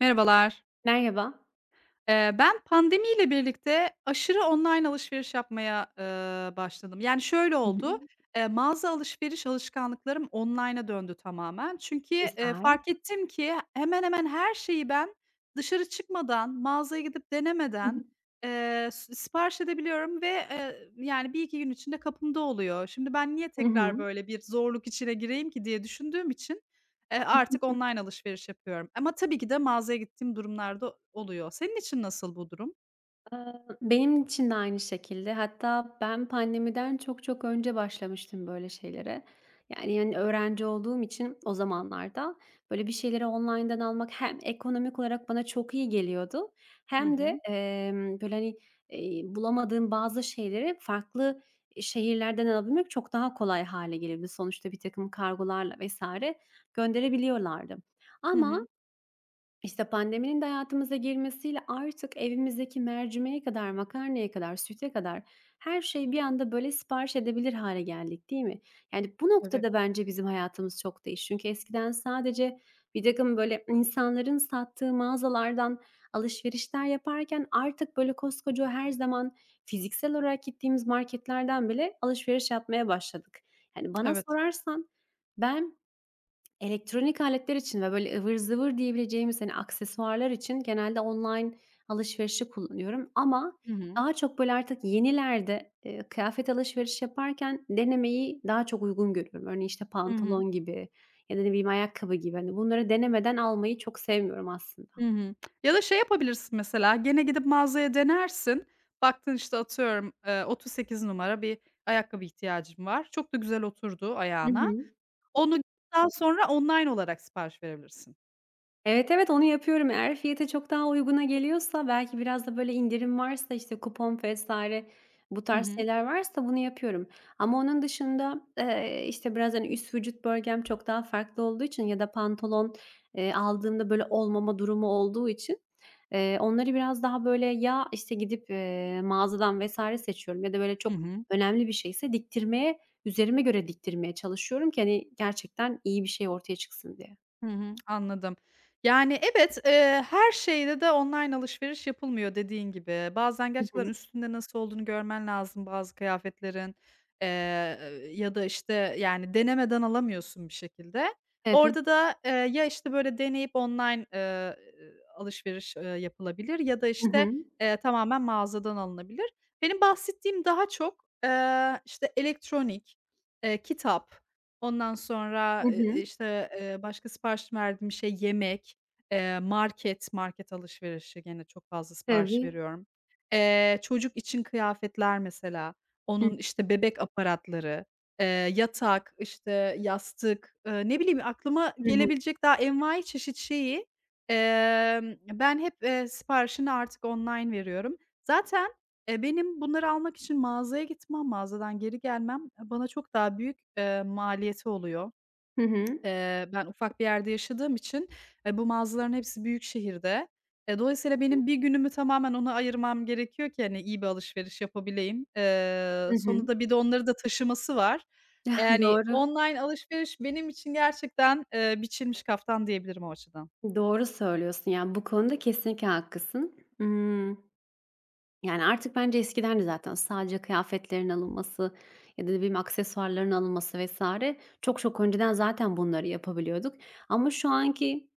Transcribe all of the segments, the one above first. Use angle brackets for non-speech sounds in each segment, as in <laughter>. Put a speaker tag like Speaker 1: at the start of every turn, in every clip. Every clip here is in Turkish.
Speaker 1: Merhabalar.
Speaker 2: Merhaba.
Speaker 1: Ben pandemiyle birlikte aşırı online alışveriş yapmaya, başladım. Yani şöyle
Speaker 2: Hı
Speaker 1: oldu,
Speaker 2: hı.
Speaker 1: mağaza alışveriş alışkanlıklarım online'a döndü tamamen. Çünkü,
Speaker 2: Güzel.
Speaker 1: fark ettim ki hemen hemen her şeyi ben dışarı çıkmadan, mağazaya gidip
Speaker 2: Hı
Speaker 1: denemeden,
Speaker 2: hı.
Speaker 1: s sipariş edebiliyorum ve, yani bir iki gün içinde kapımda oluyor. Şimdi ben niye
Speaker 2: Hı
Speaker 1: tekrar
Speaker 2: hı.
Speaker 1: böyle bir zorluk içine gireyim ki diye düşündüğüm için,
Speaker 2: Hı,
Speaker 1: artık online alışveriş yapıyorum ama tabii ki de mağazaya gittiğim durumlarda oluyor. Senin için nasıl bu durum?
Speaker 2: benim için de aynı şekilde. Hatta ben pandemiden çok çok önce başlamıştım böyle şeylere. Yani, hani, öğrenci olduğum için o zamanlarda, böyle, bir şeyleri online'dan almak hem ekonomik olarak bana çok iyi geliyordu
Speaker 1: Hı
Speaker 2: hem de,
Speaker 1: hı.
Speaker 2: böyle, hani, bulamadığım bazı şeyleri farklı, şehirlerden alabilmek çok daha kolay hâle geliyordu. Sonuçta birtakım kargolarla vs. gönderebiliyorlardı
Speaker 1: Hı
Speaker 2: ama
Speaker 1: hı.
Speaker 2: İşte, pandeminin de hayatımıza girmesiyle artık evimizdeki mercimeğe kadar, makarnaya kadar, süte kadar her şeyi bir anda, böyle, sipariş edebilir hale geldik, değil mi? Yani, bu
Speaker 1: Tabii,
Speaker 2: noktada bence bizim hayatımız çok değişti. Çünkü eskiden sadece birtakım, böyle, insanların sattığı mağazalardan alışverişler yaparken artık, böyle, koskoca her zaman fiziksel olarak gittiğimiz marketlerden bile alışveriş yapmaya başladık. Yani, bana
Speaker 1: evet.
Speaker 2: sorarsan ben elektronik aletler için ve böyle ıvır zıvır diyebileceğimiz, hani, aksesuarlar için genelde online alışverişi kullanıyorum ama
Speaker 1: Hı hı.
Speaker 2: daha çok böyle artık yenilerde, kıyafet alışveriş yaparken denemeyi daha çok uygun görüyorum. Örneğin, işte,
Speaker 1: Hı hı.
Speaker 2: pantolon gibi ya da ne bileyim ayakkabı gibi. Hani, bunları denemeden almayı çok sevmiyorum aslında.
Speaker 1: Hı hı. Ya da şey yapabilirsin mesela, gene gidip mağazaya denersin. Baktın, işte, atıyorum, 38 numara bir ayakkabı ihtiyacın var. Çok da güzel oturdu
Speaker 2: Hı
Speaker 1: ayağına.
Speaker 2: hı.
Speaker 1: Onu daha sonra online olarak sipariş verebilirsin.
Speaker 2: Evet, evet, onu yapıyorum. Eğer fiyata çok daha uyguna geliyorsa, belki biraz da böyle indirim varsa, işte, kupon vesaire bu
Speaker 1: Hı
Speaker 2: tarz
Speaker 1: hı.
Speaker 2: şeyler varsa bunu yapıyorum. Ama onun dışında, işte, biraz, hani, üst vücut bölgem çok daha farklı olduğu için ya da pantolon, aldığımda böyle olmama durumu olduğu için, onları biraz daha böyle ya, işte, gidip, mağazadan vesaire seçiyorum ya da böyle
Speaker 1: Hı
Speaker 2: çok
Speaker 1: hı.
Speaker 2: önemli bir şeyse diktirmeye, üzerime göre diktirmeye çalışıyorum ki, hani, gerçekten iyi bir şey ortaya çıksın diye.
Speaker 1: Hı hı, anladım. Yani, evet, her şeyde de online alışveriş yapılmıyor dediğin gibi. Bazen
Speaker 2: Hı
Speaker 1: gerçekten üstünde nasıl olduğunu görmen lazım bazı kıyafetlerin, eee, ya da, işte, yani, denemeden alamıyorsun bir şekilde.
Speaker 2: hı.
Speaker 1: Orada da, ya, işte, böyle, deneyip online, alışveriş, yapılabilir ya da,
Speaker 2: Hı hı.
Speaker 1: işte, tamamen mağazadan alınabilir. Benim bahsettiğim daha çok, işte, elektronik, kitap. Ondan
Speaker 2: Hı
Speaker 1: sonra,
Speaker 2: hı.
Speaker 1: işte, başka sipariş verdiğim şey yemek, market alışverişi gene çok fazla sipariş
Speaker 2: Tabii.
Speaker 1: veriyorum. Çocuk için kıyafetler mesela,
Speaker 2: Hı.
Speaker 1: onun, işte, bebek aparatları, eee, yatak, işte, yastık, ne bileyim aklıma
Speaker 2: Hı hı.
Speaker 1: gelebilecek daha envai çeşit şeyi, ben hep, siparişini artık online veriyorum. Zaten benim bunları almak için mağazaya gitmem, mağazadan geri gelmem, bana çok daha büyük, maliyeti oluyor.
Speaker 2: Hı hı.
Speaker 1: Ben ufak bir yerde yaşadığım için, bu mağazaların hepsi büyük şehirde. Dolayısıyla benim bir günümü tamamen ona ayırmam gerekiyor ki, hani, iyi bir alışveriş yapabileyim.
Speaker 2: Hı hı.
Speaker 1: Sonunda bir de onları da taşıması var. Yani,
Speaker 2: Doğru,
Speaker 1: online alışveriş benim için gerçekten, biçilmiş kaftan diyebilirim o açıdan.
Speaker 2: doğru söylüyorsun. Yani, bu konuda kesinlikle haklısın. Imm, yani, artık bence eskiden de zaten sadece kıyafetlerin alınması ya da ne bileyim aksesuarların alınması vesaire çok çok önceden zaten bunları yapabiliyorduk ama şu anki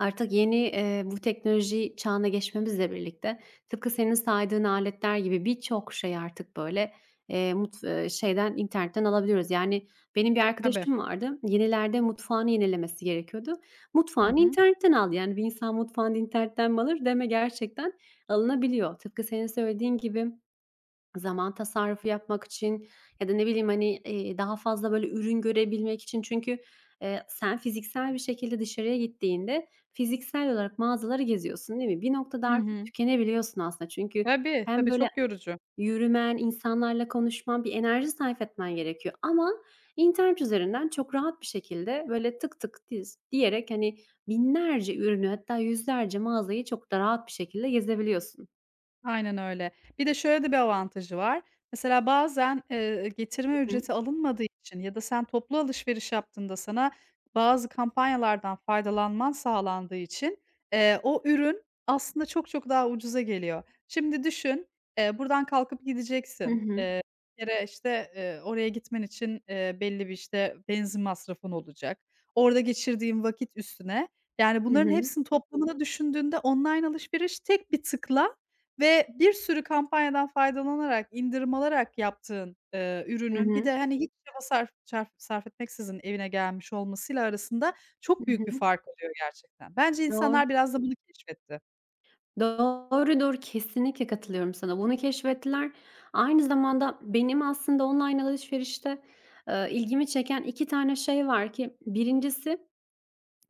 Speaker 2: artık yeni, bu teknoloji çağına geçmemizle birlikte tıpkı senin saydığın aletler gibi birçok şey artık, böyle, mut şeyden, internetten alabiliyoruz. Yani, benim bir
Speaker 1: Tabii.
Speaker 2: arkadaşım vardı, yenilerde mutfağını yenilemesi gerekiyordu.
Speaker 1: Hı
Speaker 2: Mutfağını
Speaker 1: hı.
Speaker 2: internetten aldı. Yani, bir insan mutfağını internetten mi alır deme, gerçekten alınabiliyor. Tıpkı senin söylediğin gibi zaman tasarrufu yapmak için ya da ne bileyim, hani, daha fazla böyle ürün görebilmek için çünkü, sen fiziksel bir şekilde dışarıya gittiğinde fiziksel olarak mağazaları geziyorsun, değil mi? Bir noktada
Speaker 1: Hı
Speaker 2: artık
Speaker 1: hı.
Speaker 2: tükenebiliyorsun aslında çünkü
Speaker 1: Tabii,
Speaker 2: hem
Speaker 1: tabii,
Speaker 2: böyle
Speaker 1: çok yorucu.
Speaker 2: yürümen, insanlarla konuşman, bir enerji sarf etmen gerekiyor ama internet üzerinden çok rahat bir şekilde böyle tık tık diyerek, hani, binlerce ürünü hatta yüzlerce mağazayı çok da rahat bir şekilde gezebiliyorsun.
Speaker 1: Aynen öyle. Bir de şöyle de bir avantajı var. Mesela bazen, getirme ücreti alınmadığı için ya da sen toplu alışveriş yaptığında sana bazı kampanyalardan faydalanman sağlandığı için, o ürün aslında çok çok daha ucuza geliyor. Şimdi düşün, buradan kalkıp
Speaker 2: Hı
Speaker 1: gideceksin.
Speaker 2: hı.
Speaker 1: Bir kere, işte, oraya gitmen için, belli bir, işte, benzin masrafın olacak. Orada geçirdiğin vakit üstüne. Yani
Speaker 2: Hı
Speaker 1: bunların
Speaker 2: hı.
Speaker 1: hepsinin toplamını düşündüğünde online alışveriş tek bir tıkla ve bir sürü kampanyadan faydalanarak, indirim alarak yaptığın,
Speaker 2: Hı
Speaker 1: ürünün bir de,
Speaker 2: hı.
Speaker 1: hani, hiç çaba sarf etmeksizin evine gelmiş olmasıyla arasında çok
Speaker 2: Hı
Speaker 1: büyük bir
Speaker 2: hı.
Speaker 1: fark oluyor gerçekten. Bence
Speaker 2: Doğru,
Speaker 1: insanlar biraz da bunu keşfetti.
Speaker 2: doğru, doğru, kesinlikle katılıyorum sana. Bunu keşfettiler. Aynı zamanda benim aslında online alışverişte, ilgimi çeken 2 tane şey var ki birincisi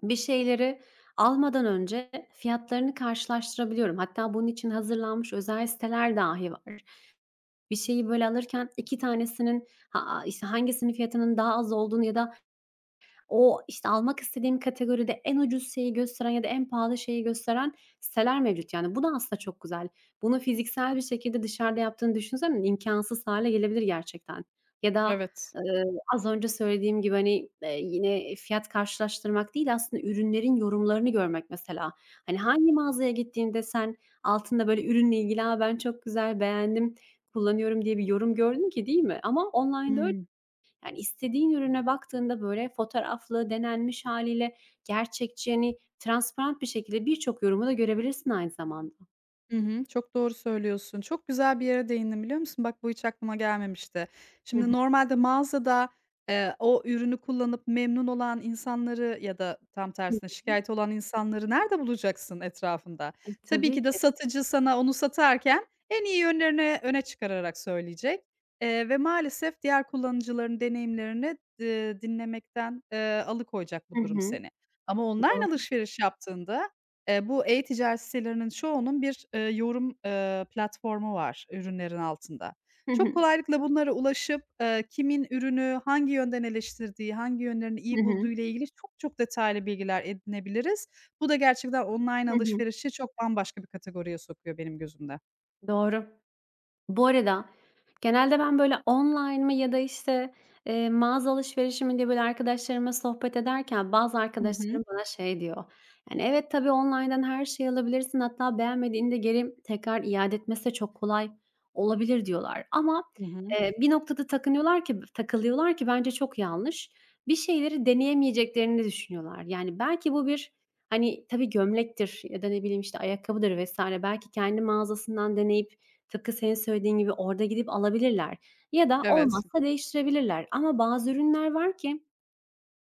Speaker 2: bir şeyleri almadan önce fiyatlarını karşılaştırabiliyorum. Hatta bunun için hazırlanmış özel siteler dahi var. Bir şeyi böyle alırken 2 tanesinin ha işte hangisinin fiyatının daha az olduğunu ya da o, işte, almak istediğim kategoride en ucuz şeyi gösteren ya da en pahalı şeyi gösteren siteler mevcut. Yani, bu da aslında çok güzel. Bunu fiziksel bir şekilde dışarıda yaptığını düşünsen imkansız hâle gelebilir gerçekten. Ya da,
Speaker 1: Evet.
Speaker 2: eee, az önce söylediğim gibi, hani, yine fiyat karşılaştırmak değil aslında ürünlerin yorumlarını görmek mesela. Hani, hangi mağazaya gittiğinde sen altında böyle ürünle ilgili, "A, ben çok güzel beğendim, kullanıyorum." diye bir yorum gördün ki değil mi? Ama online'da
Speaker 1: Hıı.
Speaker 2: yani, istediğin ürüne baktığında, böyle, fotoğraflı, denenmiş haliyle gerçekçi, hani, transparan bir şekilde birçok yorumu da görebilirsin aynı zamanda.
Speaker 1: Hı hı, çok doğru söylüyorsun. Çok güzel bir yere değindin biliyor musun? Bak bu hiç aklıma gelmemişti.
Speaker 2: Hı
Speaker 1: Şimdi
Speaker 2: hı.
Speaker 1: normalde mağazada, o ürünü kullanıp memnun olan insanları ya da tam
Speaker 2: Hı.
Speaker 1: tersine şikayet olan insanları nerede bulacaksın etrafında?
Speaker 2: E,
Speaker 1: Tabii
Speaker 2: tabii
Speaker 1: ki de
Speaker 2: ki.
Speaker 1: satıcı sana onu satarken en iyi yönlerini öne çıkararak söyleyecek, ve maalesef diğer kullanıcıların deneyimlerini, dinlemekten, alıkoyacak bu
Speaker 2: Hı
Speaker 1: durum
Speaker 2: hı.
Speaker 1: seni. Ama online
Speaker 2: Doğru.
Speaker 1: alışveriş yaptığında bu e-ticaret sitelerinin çoğunun bir, yorum, platformu var ürünlerin altında.
Speaker 2: Hı
Speaker 1: Çok
Speaker 2: hı.
Speaker 1: kolaylıkla bunlara ulaşıp, kimin ürünü hangi yönden eleştirdiği, hangi yönlerini
Speaker 2: Hı
Speaker 1: iyi
Speaker 2: hı.
Speaker 1: bulduğuyla ilgili çok çok detaylı bilgiler edinebiliriz. Bu da gerçekten online
Speaker 2: Hı hı.
Speaker 1: alışverişi çok bambaşka bir kategoriye sokuyor benim gözümde.
Speaker 2: Doğru. Bu arada genelde ben, böyle, online mı ya da, işte, mağaza alışverişi mi diye, böyle, arkadaşlarıma sohbet ederken bazı
Speaker 1: Hı hı.
Speaker 2: arkadaşlarım bana şey diyor, yani, "Evet, tabii online'dan her şeyi alabilirsin. Hatta beğenmediğinde geri tekrar iade etmesi de çok kolay olabilir." diyorlar ama,
Speaker 1: Hı hı.
Speaker 2: bir noktada takınıyorlar ki takılıyorlar ki bence çok yanlış. Bir şeyleri deneyemeyeceklerini düşünüyorlar. Yani, belki bu bir, hani, tabii gömlektir ya da ne bileyim, işte, ayakkabıdır vesaire belki kendi mağazasından deneyip tıpkı senin söylediğin gibi orada gidip alabilirler ya da
Speaker 1: Evet.
Speaker 2: olmazsa değiştirebilirler ama bazı ürünler var ki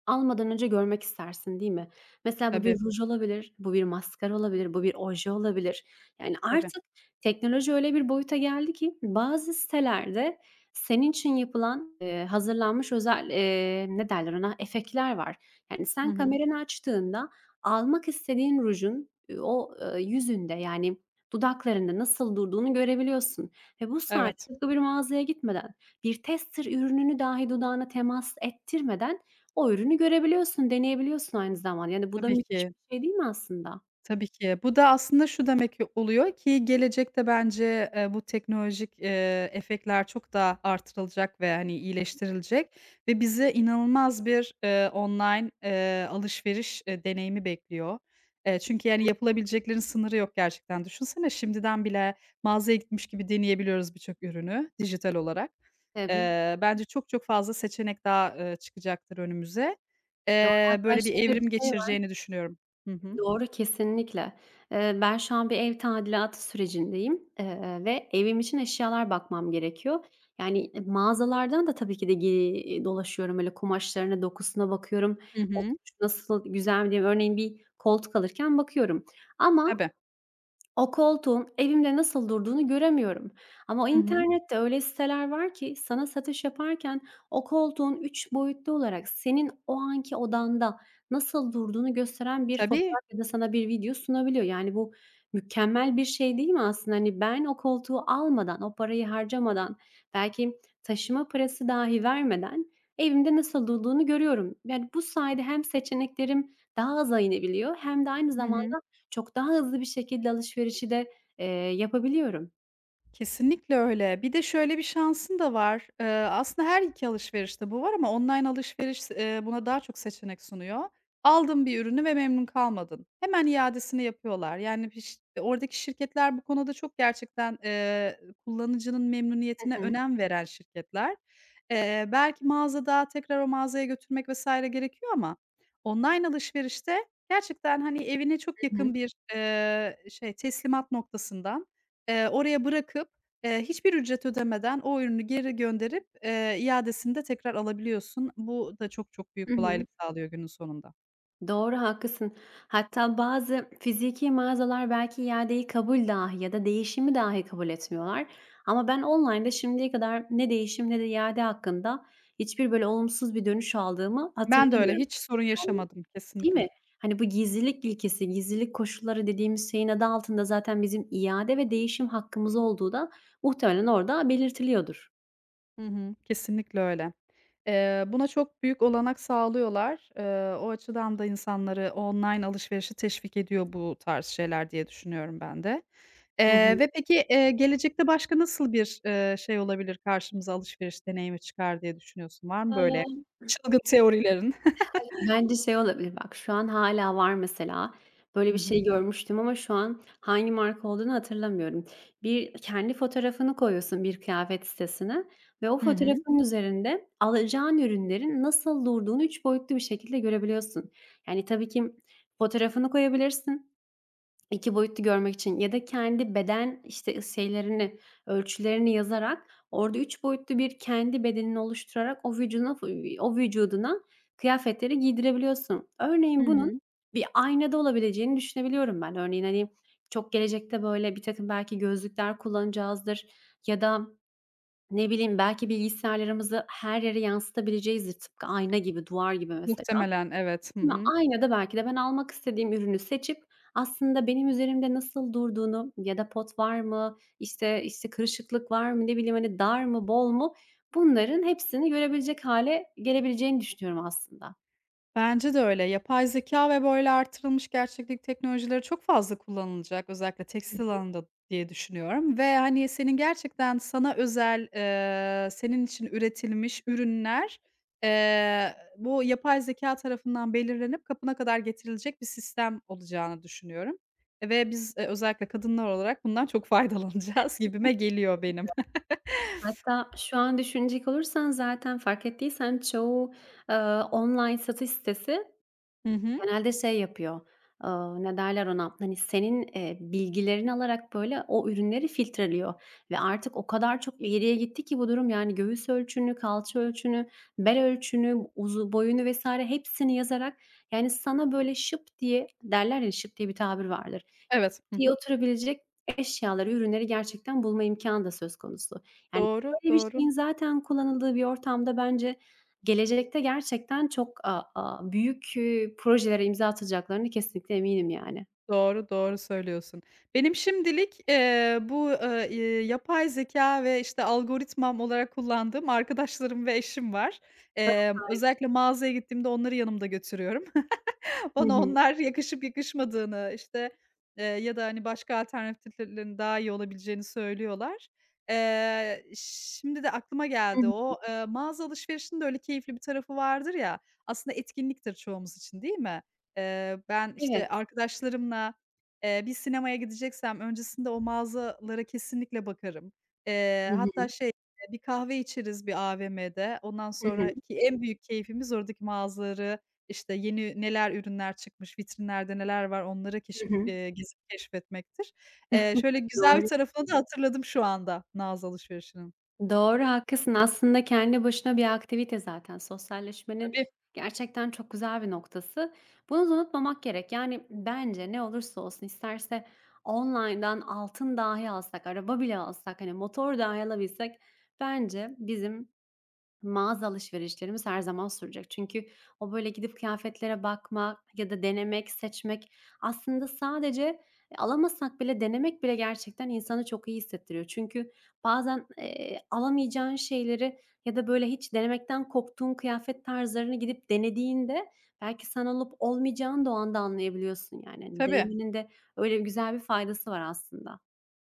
Speaker 2: almadan önce görmek istersin, değil mi? Mesela bu bir
Speaker 1: Tabii,
Speaker 2: ruj olabilir, bu bir maskara olabilir, bu bir oje olabilir. Yani
Speaker 1: tabii.
Speaker 2: artık teknoloji öyle bir boyuta geldi ki bazı sitelerde senin için yapılan, hazırlanmış özel, ne derler ona, efektler var. Yani
Speaker 1: Hı
Speaker 2: sen
Speaker 1: hı.
Speaker 2: kameranı açtığında almak istediğin rujun, o, yüzünde yani dudaklarında nasıl durduğunu görebiliyorsun ve bu sayede
Speaker 1: Evet,
Speaker 2: tıpkı bir mağazaya gitmeden, bir tester ürününü dahi dudağına temas ettirmeden o ürünü görebiliyorsun, deneyebiliyorsun aynı zamanda. Yani bu da
Speaker 1: tabii
Speaker 2: müthiş
Speaker 1: ki.
Speaker 2: bir şey değil mi aslında?
Speaker 1: Tabii ki. Bu da aslında şu demek ki oluyor ki gelecekte bence, bu teknolojik, efektler çok daha artırılacak ve, hani, iyileştirilecek ve bizi inanılmaz bir, online, alışveriş, deneyimi bekliyor. Çünkü, yani, yapılabileceklerin sınırı yok gerçekten. Düşünsene şimdiden bile mağazaya gitmiş gibi deneyebiliyoruz birçok ürünü dijital olarak.
Speaker 2: Tabii.
Speaker 1: Bence çok çok fazla seçenek daha, çıkacaktır önümüze.
Speaker 2: Doğru. Hatta
Speaker 1: Böyle bir
Speaker 2: şöyle bir
Speaker 1: evrim
Speaker 2: şey var.
Speaker 1: geçireceğini düşünüyorum. Hı hı.
Speaker 2: Doğru, kesinlikle. Ben şu an bir ev tadilatı sürecindeyim, ve evim için eşyalar bakmam gerekiyor. Yani, mağazalardan da tabii ki de dolaşıyorum. Öyle kumaşlarına, dokusuna bakıyorum.
Speaker 1: Hı hı.
Speaker 2: Oturuş nasıl, güzel mi diye. Örneğin bir koltuk alırken bakıyorum ama
Speaker 1: Tabii.
Speaker 2: o koltuğun evimde nasıl durduğunu göremiyorum ama
Speaker 1: Hı hı.
Speaker 2: internette öyle siteler var ki sana satış yaparken o koltuğun 3 boyutlu olarak senin o anki odanda nasıl durduğunu gösteren bir
Speaker 1: Tabii.
Speaker 2: fotoğraf ya da sana bir video sunabiliyor. Yani, bu mükemmel bir şey değil mi aslında? Hani, ben o koltuğu almadan, o parayı harcamadan, belki taşıma parası dahi vermeden evimde nasıl durduğunu görüyorum. Yani, bu sayede hem seçeneklerim daha aza inebiliyor hem de aynı
Speaker 1: Hı hı.
Speaker 2: zamanda çok daha hızlı bir şekilde alışverişi de, yapabiliyorum.
Speaker 1: Kesinlikle öyle. Bir de şöyle bir şansın da var. Aslında her 2 alışverişte bu var ama online alışveriş, buna daha çok seçenek sunuyor. Aldın bir ürünü ve memnun kalmadın. Hemen iadesini yapıyorlar. Yani piş oradaki şirketler bu konuda çok gerçekten, kullanıcının
Speaker 2: Hı
Speaker 1: memnuniyetine
Speaker 2: hı.
Speaker 1: önem veren şirketler. Belki mağazada tekrar o mağazaya götürmek vs. gerekiyor ama online alışverişte gerçekten, hani, evine çok
Speaker 2: Hı hı.
Speaker 1: yakın bir, şey teslimat noktasından oraya bırakıp, hiçbir ücret ödemeden o ürünü geri gönderip, iadesini de tekrar alabiliyorsun. Bu da çok çok
Speaker 2: Hı
Speaker 1: büyük
Speaker 2: hı.
Speaker 1: kolaylık sağlıyor günün sonunda.
Speaker 2: Doğru, haklısın. Hatta bazı fiziki mağazalar belki iadeyi kabul dahi ya da değişimi dahi kabul etmiyorlar. Ama ben online'da şimdiye kadar ne değişim ne de iade hakkında hiçbir böyle olumsuz bir dönüş aldığımı
Speaker 1: Ben de öyle,
Speaker 2: hatırlamıyorum.
Speaker 1: hiç sorun
Speaker 2: Yani,
Speaker 1: yaşamadım
Speaker 2: değil
Speaker 1: kesinlikle.
Speaker 2: mi? Hani, bu gizlilik ilkesi, gizlilik koşulları dediğimiz şeyin adı altında zaten bizim iade ve değişim hakkımız olduğu da muhtemelen orada belirtiliyordur.
Speaker 1: Hı hı, kesinlikle öyle. Buna çok büyük olanak sağlıyorlar. O açıdan da insanları online alışverişe teşvik ediyor bu tarz şeyler diye düşünüyorum ben de.
Speaker 2: Hı
Speaker 1: Ve peki, gelecekte başka nasıl bir, şey olabilir karşımıza alışveriş deneyimi çıkar diye düşünüyorsun? Var mı böyle
Speaker 2: hı.
Speaker 1: çılgın teorilerin?
Speaker 2: Bence şey olabilir bak, şu an hâlâ var mesela. Böyle
Speaker 1: Hı
Speaker 2: bir
Speaker 1: hı.
Speaker 2: şey görmüştüm ama şu an hangi marka olduğunu hatırlamıyorum. Bir kendi fotoğrafını koyuyorsun bir kıyafet sitesine ve o
Speaker 1: Hı hı.
Speaker 2: fotoğrafın üzerinde alacağın ürünlerin nasıl durduğunu 3 boyutlu bir şekilde görebiliyorsun. Yani tabii ki fotoğrafını koyabilirsin. 2 boyutlu görmek için ya da kendi beden, işte, şeylerini, ölçülerini yazarak orada 3 boyutlu bir kendi bedenini oluşturarak o vücuduna kıyafetleri giydirebiliyorsun.
Speaker 1: Hı
Speaker 2: Örneğin bunun
Speaker 1: hı.
Speaker 2: bir aynada olabileceğini düşünebiliyorum ben. Örneğin, hani, çok gelecekte, böyle, birtakım belki gözlükler kullanacağızdır ya da ne bileyim belki bilgisayarlarımızı her yere yansıtabileceğizdir tıpkı ayna gibi, duvar gibi mesela.
Speaker 1: Muhtemelen evet. Hı
Speaker 2: Değil mi?
Speaker 1: hı.
Speaker 2: Aynada belki de ben almak istediğim ürünü seçip aslında benim üzerimde nasıl durduğunu ya da pot var mı, işte kırışıklık var mı, ne bileyim, hani, dar mı, bol mu bunların hepsini görebilecek hale gelebileceğini düşünüyorum aslında.
Speaker 1: Bence de öyle. Yapay zeka ve böyle artırılmış gerçeklik teknolojileri çok fazla kullanılacak özellikle tekstil alanında diye düşünüyorum ve, hani, senin gerçekten sana özel, senin için üretilmiş ürünler, bu yapay zeka tarafından belirlenip kapına kadar getirilecek bir sistem olacağını düşünüyorum. E, ve biz, özellikle kadınlar olarak bundan çok faydalanacağız <laughs> gibime geliyor benim. <laughs>
Speaker 2: Hatta şu an düşünecek olursan zaten fark ettiysen çoğu, eee, online satış sitesi
Speaker 1: Hı hı.
Speaker 2: genelde şey yapıyor, ne derler ona, hani, senin, bilgilerini alarak, böyle, o ürünleri filtreliyor ve artık o kadar çok ileriye gitti ki bu durum, yani, göğüs ölçünü, kalça ölçünü, bel ölçünü, uzu boyunu vs. hepsini yazarak, yani, sana, böyle, şıp diye derler ya, şıp diye bir tabir vardır.
Speaker 1: Evet.
Speaker 2: Şıp
Speaker 1: Hı
Speaker 2: diye
Speaker 1: hı.
Speaker 2: oturabilecek eşyaları, ürünleri gerçekten bulma imkânı da söz konusu. Yani,
Speaker 1: Doğru,
Speaker 2: böyle bir
Speaker 1: doğru.
Speaker 2: şeyin zaten kullanıldığı bir ortamda bence gelecekte gerçekten çok, a a büyük, projelere imza atacaklarına kesinlikle eminim yani.
Speaker 1: Doğru, doğru söylüyorsun. Benim şimdilik, bu, yapay zekâ ve, işte, algoritmam olarak kullandığım arkadaşlarım ve eşim var. Özellikle mağazaya gittiğimde onları yanımda götürüyorum.
Speaker 2: Hı
Speaker 1: Bana
Speaker 2: hı.
Speaker 1: onlar yakışıp yakışmadığını, işte, ya da, hani, başka alternatiflerin daha iyi olabileceğini söylüyorlar. Şimdi de aklıma
Speaker 2: Hı
Speaker 1: geldi
Speaker 2: hı.
Speaker 1: o, mağaza alışverişinin de öyle keyifli bir tarafı vardır ya, aslında etkinliktir çoğumuz için, değil mi? Ben, işte,
Speaker 2: Evet.
Speaker 1: arkadaşlarımla, bir sinemaya gideceksem öncesinde o mağazalara kesinlikle bakarım.
Speaker 2: Hı
Speaker 1: Hatta
Speaker 2: hı.
Speaker 1: şey, bir kahve içeriz bir AVM'de. Ondan
Speaker 2: Hı hı.
Speaker 1: sonraki en büyük keyfimiz oradaki mağazaları işte, yeni neler ürünler çıkmış, vitrinlerde neler var onları
Speaker 2: Hı
Speaker 1: keşif
Speaker 2: hı.
Speaker 1: gezip keşfetmektir.
Speaker 2: <laughs>
Speaker 1: Şöyle güzel bir
Speaker 2: Doğru.
Speaker 1: tarafını da hatırladım şu anda Naz alışverişinin.
Speaker 2: Doğru, haklısın. Aslında kendi başına bir aktivite zaten. Sosyalleşmenin
Speaker 1: Tabii,
Speaker 2: gerçekten çok güzel bir noktası. Bunu da unutmamak gerek. Yani bence ne olursa olsun isterse online'dan altın dahi alsak, araba bile alsak, hani, motor dahi alabilsek bence bizim mağaza alışverişlerimiz her zaman sürecek. Çünkü o böyle gidip kıyafetlere bakmak ya da denemek, seçmek aslında sadece alamasak bile denemek bile gerçekten insanı çok iyi hissettiriyor. Çünkü bazen, alamayacağın şeyleri ya da böyle hiç denemekten korktuğun kıyafet tarzlarını gidip denediğinde belki sana olup olmayacağını da o anda anlayabiliyorsun yani. Hani,
Speaker 1: tabii.
Speaker 2: denemenin de öyle güzel bir faydası var aslında.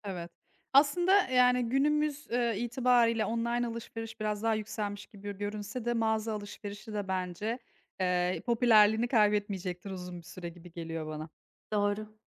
Speaker 1: Evet. Aslında, yani, günümüz, itibariyle online alışveriş biraz daha yükselmiş gibi görünse de mağaza alışverişi de bence, popülerliğini kaybetmeyecektir uzun bir süre gibi geliyor bana.
Speaker 2: Doğru.